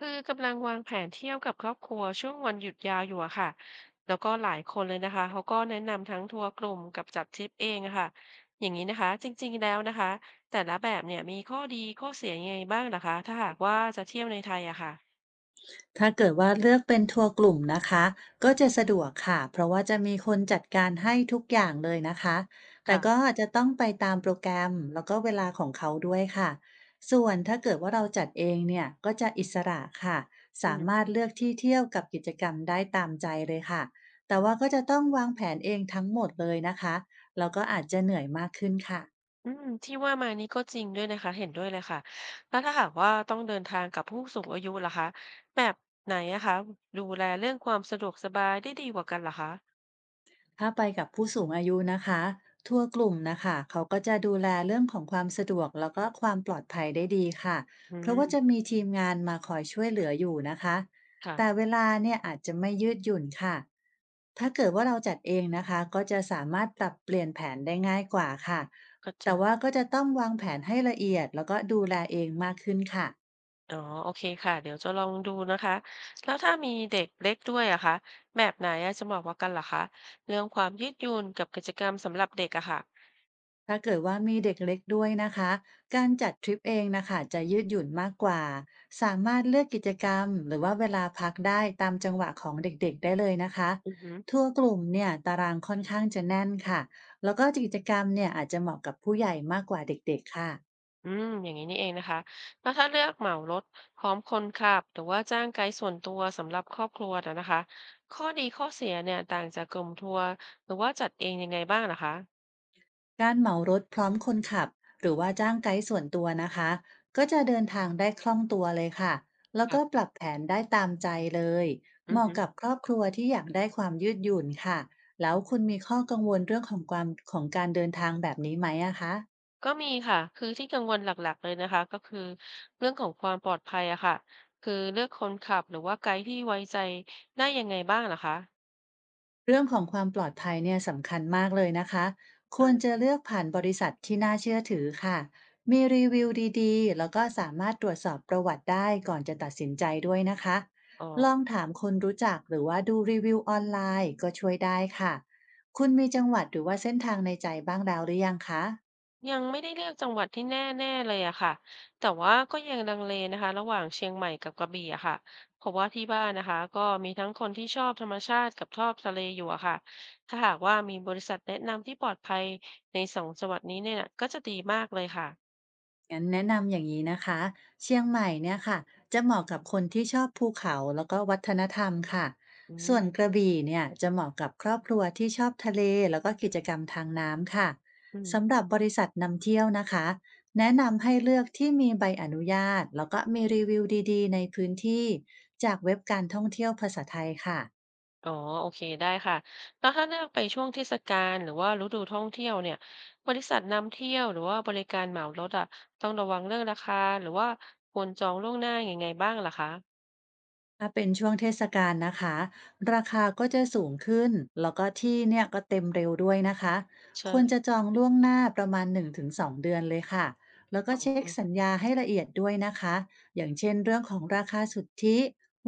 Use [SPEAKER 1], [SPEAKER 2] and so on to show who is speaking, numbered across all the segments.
[SPEAKER 1] คือกำลังวางแผนเที่ยวกับครอบครัวช่วงวันหยุดยาวอยู่อะค่ะแล้วก็หลายคนเลยนะคะเขาก็แนะนำทั้งทัวร์กลุ่มกับจัดทริปเองอะค่ะอย่างนี้นะคะจริงๆแล้วนะคะแต่ละแบบเนี่ยมีข้อดีข้อเสียยังไงบ้างล่ะคะถ้าหากว่าจะเที่ยวในไทยอะค่ะ
[SPEAKER 2] ถ้าเกิดว่าเลือกเป็นทัวร์กลุ่มนะคะก็จะสะดวกค่ะเพราะว่าจะมีคนจัดการให้ทุกอย่างเลยนะคะแต่ก็
[SPEAKER 1] ค่ะ
[SPEAKER 2] อาจจะต้องไปตามโปรแกรมแล้วก็เวลาของเขาด้วยค่ะส่วนถ้าเกิดว่าเราจัดเองเนี่ยก็จะอิสระค่ะ
[SPEAKER 1] อื
[SPEAKER 2] สามา
[SPEAKER 1] ม
[SPEAKER 2] รถเลือกที่เที่ยวกับกิจกรรมได้ตามใจเลยค่ะแต่ว่าก็จะต้องวางแผนเองทั้งหมดเลยนะคะแล้วก็อาจจะเหนื่อยมากขึ้นค่ะ
[SPEAKER 1] อืมที่ว่ามานี้ก็จริงด้วยนะคะเห็นด้วยเลยค่ะแล้วถ้าหากว่าต้องเดินทางกับผู้สูงอายุล่ะคะแบบไหนอะคะดูแลเรื่องความสะดวกสบายได้ดีกว่ากันล่ะคะ
[SPEAKER 2] ถ้าไปกับผู้สูงอายุนะคะ ทัวร์กลุ่มนะคะ เขาก็จะดูแลเรื่องของความสะดวกแล้วก็ความปลอดภัยได้ดีค่ะ
[SPEAKER 1] อื
[SPEAKER 2] เพราะว่าจะ
[SPEAKER 1] ม
[SPEAKER 2] มีทีมงานมาคอยช่วยเหลืออยู่นะคะ
[SPEAKER 1] ค่ะ
[SPEAKER 2] แต่เวลาเนี่ยอาจจะไม่ยืดหยุ่นค่ะ ถ้าเกิดว่าเราจัดเองนะคะ ก็จะสามารถปรับเปลี่ยนแผนได้ง่ายกว่าค่ะ
[SPEAKER 1] ก็จริ
[SPEAKER 2] แต่
[SPEAKER 1] ง
[SPEAKER 2] ว่าก็จะต้องวางแผนให้ละเอียดแล้วก็ดูแลเองมากขึ้นค่ะ
[SPEAKER 1] อ๋อโอเคค่ะเดี๋ยวจะลองดูนะคะแล้วถ้ามีเด็กเล็กด้วยอะคะแบบไหนอะจะเหมาะกว่ากันเหรอคะเรื่องความยืดหยุ่นกับกิจกรรมสำหรับเด็กอะค่ะ
[SPEAKER 2] ถ้าเกิดว่ามีเด็กเล็กด้วยนะคะการจัดทริปเองนะคะจะยืดหยุ่นมากกว่าสามารถเลือกกิจกรรมหรือว่าเวลาพักได้ตามจังหวะของเด็กๆได้เลยนะคะ
[SPEAKER 1] อือหือ
[SPEAKER 2] ทัวร์กลุ่มเนี่ยตารางค่อนข้างจะแน่นค่ะแล้วก็กิจกรรมเนี่ยอาจจะเหมาะกับผู้ใหญ่มากกว่าเด็กๆค่ะ
[SPEAKER 1] อืมอย่างนี้นี่เองนะคะแล้วถ้าเลือกเหมารถพร้อมคนขับหรือว่าจ้างไกด์ส่วนตัวสำหรับครอบครัวนะนะคะข้อดีข้อเสียเนี่ยต่างจากกลุ่มทัวร์หรือว่าจัดเองยังไงบ้างนะคะ
[SPEAKER 2] การเหมารถพร้อมคนขับหรือว่าจ้างไกด์ส่วนตัวนะคะก็จะเดินทางได้คล่องตัวเลยค่ะแล้ว
[SPEAKER 1] ค่ะ
[SPEAKER 2] ก็ปรับแผนได้ตามใจเลย
[SPEAKER 1] อื
[SPEAKER 2] เห
[SPEAKER 1] อ
[SPEAKER 2] มาะ
[SPEAKER 1] หือ
[SPEAKER 2] กับครอบครัวที่อยากได้ความยืดหยุ่นค่ะแล้วคุณมีข้อกังวลเรื่องของความของการเดินทางแบบนี้ไหมอะคะ
[SPEAKER 1] ก็มีค่ะคือที่กังวลหลักๆเลยนะคะก็คือเรื่องของความปลอดภัยอะค่ะคือเลือกคนขับหรือว่าไกด์ที่ไว้ใจได้ยังไงบ้างเหรอคะ
[SPEAKER 2] เรื่องของความปลอดภัยเนี่ยสำคัญมากเลยนะคะ ควรจะเลือกผ่านบริษัทที่น่าเชื่อถือค่ะมีรีวิวดีๆ แล้วก็สามารถตรวจสอบประวัติได้ก่อนจะตัดสินใจด้วยนะคะ
[SPEAKER 1] อ๋
[SPEAKER 2] ลอง
[SPEAKER 1] อ
[SPEAKER 2] ถามคนรู้จักหรือว่าดูรีวิวออนไลน์ก็ช่วยได้ค่ะ คุณมีจังหวัดหรือว่าเส้นทางในใจบ้างแล้วหรือยังคะ
[SPEAKER 1] ยังไม่ได้เลือกจังหวัดที่แน่ๆเลยอะค่ะแต่ว่าก็ยังลังเลนะคะระหว่างเชียงใหม่กับกระบี่อะค่ะเพราะว่าที่บ้านนะคะก็มีทั้งคนที่ชอบธรรมชาติกับชอบทะเลอยู่อะค่ะถ้าหากว่ามีบริษัทแนะนำที่ปลอดภัยในสองจังหวัดนี้เนี่ยก็จะดีมากเลยค่ะ
[SPEAKER 2] งั้นแนะนำอย่างนี้นะคะเชียงใหม่เนี่ยค่ะจะเหมาะกับคนที่ชอบภูเขาแล้วก็วัฒนธรรมค่ะ
[SPEAKER 1] อื
[SPEAKER 2] ส่วน
[SPEAKER 1] ม
[SPEAKER 2] กระบี่เนี่ยจะเหมาะกับครอบครัวที่ชอบทะเลแล้วก็กิจกรรมทางน้ำค่ะ
[SPEAKER 1] อืม
[SPEAKER 2] สำหรับบริษัทนำเที่ยวนะคะแนะนำให้เลือกที่มีใบอนุญาตแล้วก็มีรีวิวดีๆในพื้นที่จากเว็บการท่องเที่ยวภาษาไทยค่ะ
[SPEAKER 1] อ๋อโอเคได้ค่ะแล้วถ้าเลือกไปช่วงเทศกาลหรือว่าฤดูท่องเที่ยวเนี่ยบริษัทนำเที่ยวหรือว่าบริการเหมารถอะต้องระวังเรื่องราคาหรือว่าควรจองล่วงหน้ายังไงบ้างล่ะคะ
[SPEAKER 2] ถ้าเป็นช่วงเทศกาลนะคะราคาก็จะสูงขึ้นแล้วก็ที่เนี่ยก็เต็มเร็วด้วยนะคะ
[SPEAKER 1] ใช่
[SPEAKER 2] ควรจะจองล่วงหน้าประมาณ1-2 เดือนเดือนเลยค่ะแล้วก็
[SPEAKER 1] อ๋
[SPEAKER 2] เช็
[SPEAKER 1] อ
[SPEAKER 2] คสัญญาให้ละเอียดด้วยนะคะอย่างเช่นเรื่องของราคาสุทธิ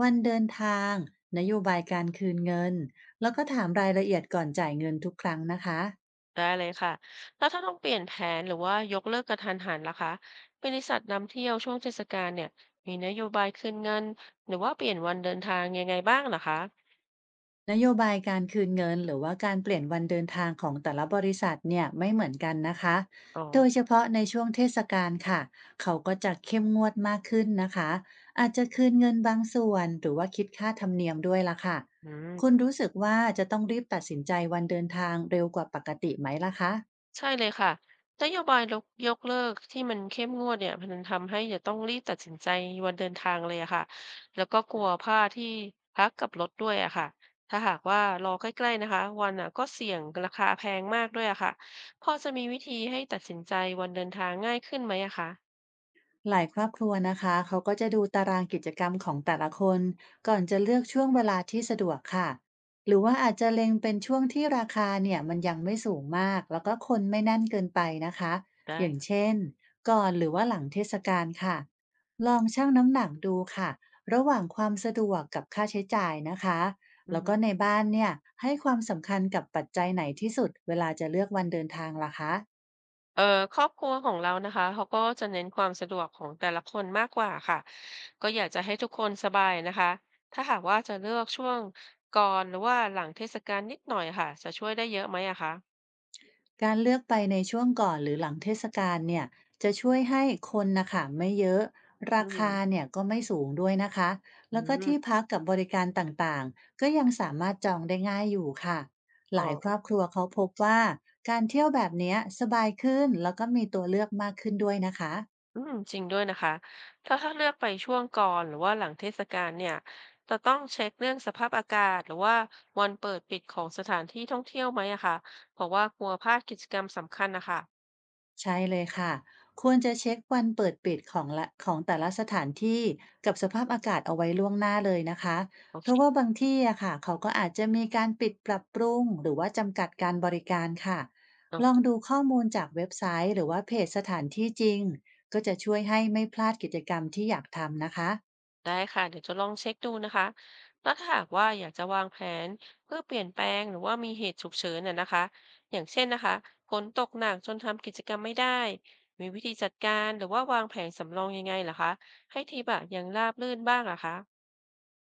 [SPEAKER 2] วันเดินทางนโยบายการคืนเงินแล้วก็ถามรายละเอียดก่อนจ่ายเงินทุกครั้งนะคะ
[SPEAKER 1] ได้เลยค่ะแล้วถ้าต้องเปลี่ยนแผนหรือว่ายกเลิกกระทันหันล่ะคะบริษัทนำเที่ยวช่วงเทศกาลเนี่ยมีนโยบายคืนเงินหรือว่าเปลี่ยนวันเดินทางยังไงบ้างล่ะคะ
[SPEAKER 2] นโยบายการคืนเงินหรือว่าการเปลี่ยนวันเดินทางของแต่ละบริษัทเนี่ยไม่เหมือนกันนะคะ
[SPEAKER 1] อ๋อ
[SPEAKER 2] โดยเฉพาะในช่วงเทศกาลค่ะเขาก็จะเข้มงวดมากขึ้นนะคะอาจจะคืนเงินบางส่วนหรือว่าคิดค่าธรรมเนียมด้วยละค่ะ
[SPEAKER 1] อื
[SPEAKER 2] คุณ
[SPEAKER 1] ม
[SPEAKER 2] รู้สึกว่าจะต้องรีบตัดสินใจวันเดินทางเร็วกว่าปกติไหมล่ะคะ
[SPEAKER 1] ใช่เลยค่ะนโยบายลกยกเลิกที่มันเข้มงวดเนี่ยมันทำให้จะต้องรีบตัดสินใจวันเดินทางเลยอะค่ะ แล้วก็กลัวพลาดที่พักกับรถด้วยอะค่ะ ถ้าหากว่ารอใกล้ๆนะคะวันอะก็เสี่ยงราคาแพงมากด้วยอะค่ะพอจะมีวิธีให้ตัดสินใจวันเดินทางง่ายขึ้นไหมอะคะ
[SPEAKER 2] หลายครอบครัวนะคะเขาก็จะดูตารางกิจกรรมของแต่ละคนก่อนจะเลือกช่วงเวลาที่สะดวกค่ะหรือว่าอาจจะเล็งเป็นช่วงที่ราคาเนี่ยมันยังไม่สูงมากแล้วก็คนไม่แน่นเกินไปนะคะ
[SPEAKER 1] ได้
[SPEAKER 2] อย่าง
[SPEAKER 1] ค่ะ
[SPEAKER 2] เช่นก่อนหรือว่าหลังเทศกาลค่ะลองชั่งน้ำหนักดูค่ะระหว่างความสะดวกกับค่าใช้จ่ายนะคะ
[SPEAKER 1] อือ
[SPEAKER 2] แล้ว
[SPEAKER 1] ฮึ
[SPEAKER 2] ก็ในบ้านเนี่ยให้ความสำคัญกับปัจจัยไหนที่สุดเวลาจะเลือกวันเดินทางล่ะคะ
[SPEAKER 1] เอ่อครอบครัวของเรานะคะเขาก็จะเน้นความสะดวกของแต่ละคนมากกว่าค่ะก็อยากจะให้ทุกคนสบายนะคะถ้าหากว่าจะเลือกช่วงก่อนหรือว่าหลังเทศกาลนิดหน่อยค่ะจะช่วยได้เยอะไหมอะคะ
[SPEAKER 2] การเลือกไปในช่วงก่อนหรือหลังเทศกาลเนี่ยจะช่วยให้คนนะคะไม่เยอะ
[SPEAKER 1] อื
[SPEAKER 2] ราคา
[SPEAKER 1] ม
[SPEAKER 2] เนี่ยก็ไม่สูงด้วยนะคะ
[SPEAKER 1] อื
[SPEAKER 2] แล้วก็
[SPEAKER 1] ม
[SPEAKER 2] ที่พักกับบริการต่างๆก็ยังสามารถจองได้ง่ายอยู่ค่ะห
[SPEAKER 1] อ๋อ
[SPEAKER 2] ลายครอบครัวเขาพบว่าการเที่ยวแบบเนี้ยสบายขึ้นแล้วก็มีตัวเลือกมากขึ้นด้วยนะคะ
[SPEAKER 1] อืมจริงด้วยนะคะถ้าเลือกไปช่วงก่อนหรือว่าหลังเทศกาลเนี่ยจะต้องเช็คเรื่องสภาพอากาศหรือว่าวันเปิดปิดของสถานที่ท่องเที่ยวไหมอะคะเพราะว่ากลัวพลาดกิจกรรมสำคัญนะคะ
[SPEAKER 2] ใช่เลยค่ะควรจะเช็ควันเปิดปิดของละของแต่ละสถานที่กับสภาพอากาศเอาไว้ล่วงหน้าเลยนะคะ
[SPEAKER 1] โอ
[SPEAKER 2] เพ
[SPEAKER 1] เค
[SPEAKER 2] ราะว่าบางที่อะค่ะเขาก็อาจจะมีการปิดปรับปรุงหรือว่าจำกัดการบริการค่ะลอง
[SPEAKER 1] อ
[SPEAKER 2] ดูข้อมูลจากเว็บไซต์หรือว่าเพจสถานที่จริงก็จะช่วยให้ไม่พลาดกิจกรรมที่อยากทำนะคะ
[SPEAKER 1] ได้ค่ะเดี๋ยวจะลองเช็คดูนะคะ แล้วถ้าหากว่าอยากจะวางแผนเพื่อเปลี่ยนแปลงหรือว่ามีเหตุฉุกเฉินน่ะนะคะอย่างเช่นนะคะฝนตกหนักจนทำกิจกรรมไม่ได้มีวิธีจัดการหรือว่าวางแผนสำรองยังไงเหรอคะให้ทีมอะยังราบรื่นบ้างเหรอคะ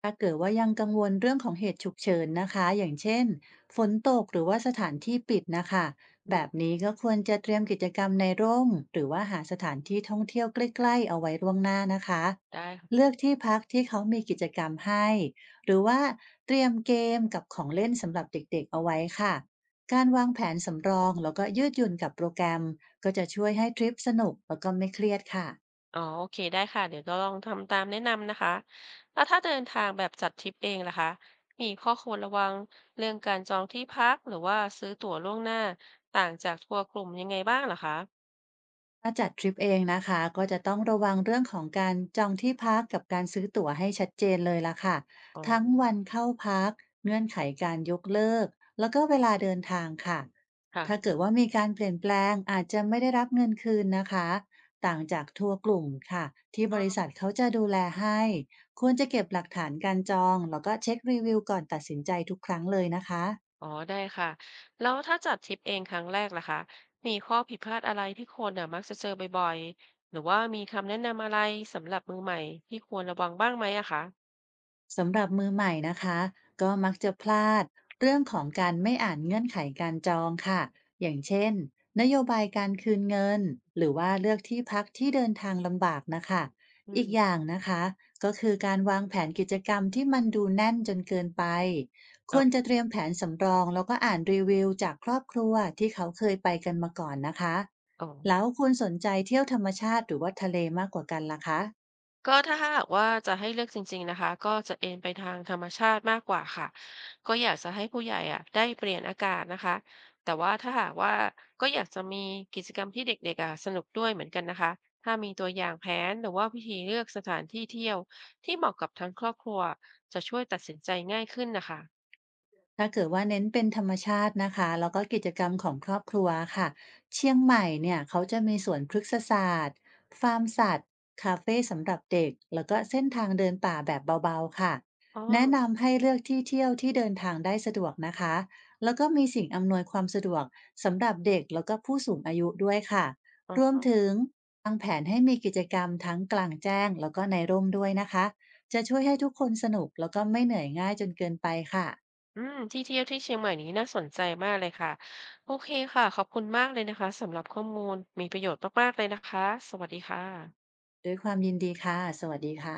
[SPEAKER 2] ถ้าเกิดว่ายังกังวลเรื่องของเหตุฉุกเฉินนะคะอย่างเช่นฝนตกหรือว่าสถานที่ปิดนะคะ
[SPEAKER 1] อื
[SPEAKER 2] แบบ
[SPEAKER 1] ม
[SPEAKER 2] นี้ก็ควรจะเตรียมกิจกรรมในร่มหรือว่าหาสถานที่ท่องเที่ยวใกล้ๆเอาไว้ล่วงหน้านะคะ
[SPEAKER 1] ได้ค่ะ
[SPEAKER 2] เลือกที่พักที่เขามีกิจกรรมให้หรือว่าเตรียมเกมกับของเล่นสำหรับเด็กๆเอาไว้ค่ะการวางแผนสำรองแล้วก็ยืดหยุ่นกับโปรแกรมก็จะช่วยให้ทริปสนุกแล้วก็ไม่เครียดค่ะ
[SPEAKER 1] อ๋อโอเคได้ค่ะเดี๋ยวจะลองทำตามแนะนำนะคะแล้วถ้าเดินทางแบบจัดทริปเองล่ะคะมีข้อควรระวังเรื่องการจองที่พักหรือว่าซื้อตั๋วล่วงหน้าต่างจากทัวร์กลุ่มยังไงบ้างเหรอคะ
[SPEAKER 2] ถ้าจัดทริปเองนะคะก็จะต้องระวังเรื่องของการจองที่พักกับการซื้อตั๋วให้ชัดเจนเลยล่ะค่ะ
[SPEAKER 1] อ๋
[SPEAKER 2] ทั้ง
[SPEAKER 1] อ
[SPEAKER 2] วันเข้าพักเงื่อนไขการยกเลิกแล้วก็เวลาเดินทางค่ะถ้า
[SPEAKER 1] ค่ะ
[SPEAKER 2] เกิดว่ามีการเปลี่ยนแปลงอาจจะไม่ได้รับเงินคืนนะคะต่างจากทัวร์กลุ่มค่ะที่
[SPEAKER 1] อ
[SPEAKER 2] บริ
[SPEAKER 1] อ
[SPEAKER 2] ษัทเขาจะดูแลให้ควรจะเก็บหลักฐานการจองแล้วก็เช็ครีวิวก่อนตัดสินใจทุกครั้งเลยนะคะ
[SPEAKER 1] อ๋อได้ค่ะ แล้วถ้าจัดทริปเองครั้งแรกล่ะคะ มีข้อผิดพลาดอะไรที่คนน่ะมักจะเจอบ่อยๆ หรือว่ามีคำแนะนำอะไรสำหรับมือใหม่ที่ควรระวังบ้างไหมอะคะ
[SPEAKER 2] สำหรับมือใหม่นะคะก็มักจะพลาดเรื่องของการไม่อ่านเงื่อนไขการจองค่ะอย่างเช่นนโยบายการคืนเงินหรือว่าเลือกที่พักที่เดินทางลำบากนะคะ
[SPEAKER 1] อื
[SPEAKER 2] อีกอ
[SPEAKER 1] ม
[SPEAKER 2] ย่างนะคะก็คือการวางแผนกิจกรรมที่มันดูแน่นจนเกินไปค
[SPEAKER 1] อ๋
[SPEAKER 2] วรจะ
[SPEAKER 1] อ
[SPEAKER 2] เตรียมแผนสำรองแล้วก็อ่านรีวิวจากครอบครัวที่เขาเคยไปกันมาก่อนนะคะ
[SPEAKER 1] อ๋อ
[SPEAKER 2] แล้วคุณสนใจเที่ยวธรรมชาติหรือว่าทะเลมากกว่ากันล่ะคะ
[SPEAKER 1] ก็ถ้าหากว่าจะให้เลือกจริงๆนะคะก็จะเอนไปทางธรรมชาติมากกว่าค่ะก็อยากจะให้ผู้ใหญ่อะได้เปลี่ยนอากาศนะคะแต่ว่าถ้าหากว่าก็อยากจะมีกิจกรรมที่เด็กๆอะสนุกด้วยเหมือนกันนะคะถ้ามีตัวอย่างแผนหรือว่าวิธีเลือกสถานที่เที่ยวที่เหมาะกับทั้งครอบครัวจะช่วยตัดสินใจง่ายขึ้นนะคะ
[SPEAKER 2] ถ้าเกิดว่าเน้นเป็นธรรมชาตินะคะแล้วก็กิจกรรมของครอบครัวค่ะเชียงใหม่เนี่ยเขาจะมีสวนพฤกษศาสตร์ฟาร์มสัตว์คาเฟ่สำหรับเด็กแล้วก็เส้นทางเดินป่าแบบเบาๆค่ะ
[SPEAKER 1] อ๋
[SPEAKER 2] แนะ
[SPEAKER 1] อ
[SPEAKER 2] นำให้เลือกที่เที่ยวที่เดินทางได้สะดวกนะคะแล้วก็มีสิ่งอำนวยความสะดวกสำหรับเด็กแล้วก็ผู้สูงอายุด้วยค่ะ
[SPEAKER 1] อ๋
[SPEAKER 2] รวม
[SPEAKER 1] อ
[SPEAKER 2] ถึงวางแผนให้มีกิจกรรมทั้งกลางแจ้งแล้วก็ในร่มด้วยนะคะจะช่วยให้ทุกคนสนุกแล้วก็ไม่เหนื่อยง่ายจนเกินไปค่ะ
[SPEAKER 1] อืมที่เที่ยวที่เชียงใหม่นี้น่าสนใจมากเลยค่ะโอเคค่ะขอบคุณมากเลยนะคะสำหรับข้อมูลมีประโยชน์มากๆเลยนะคะสวัสดีค่ะ
[SPEAKER 2] ด้วยความยินดีค่ะ สวัสดีค่ะ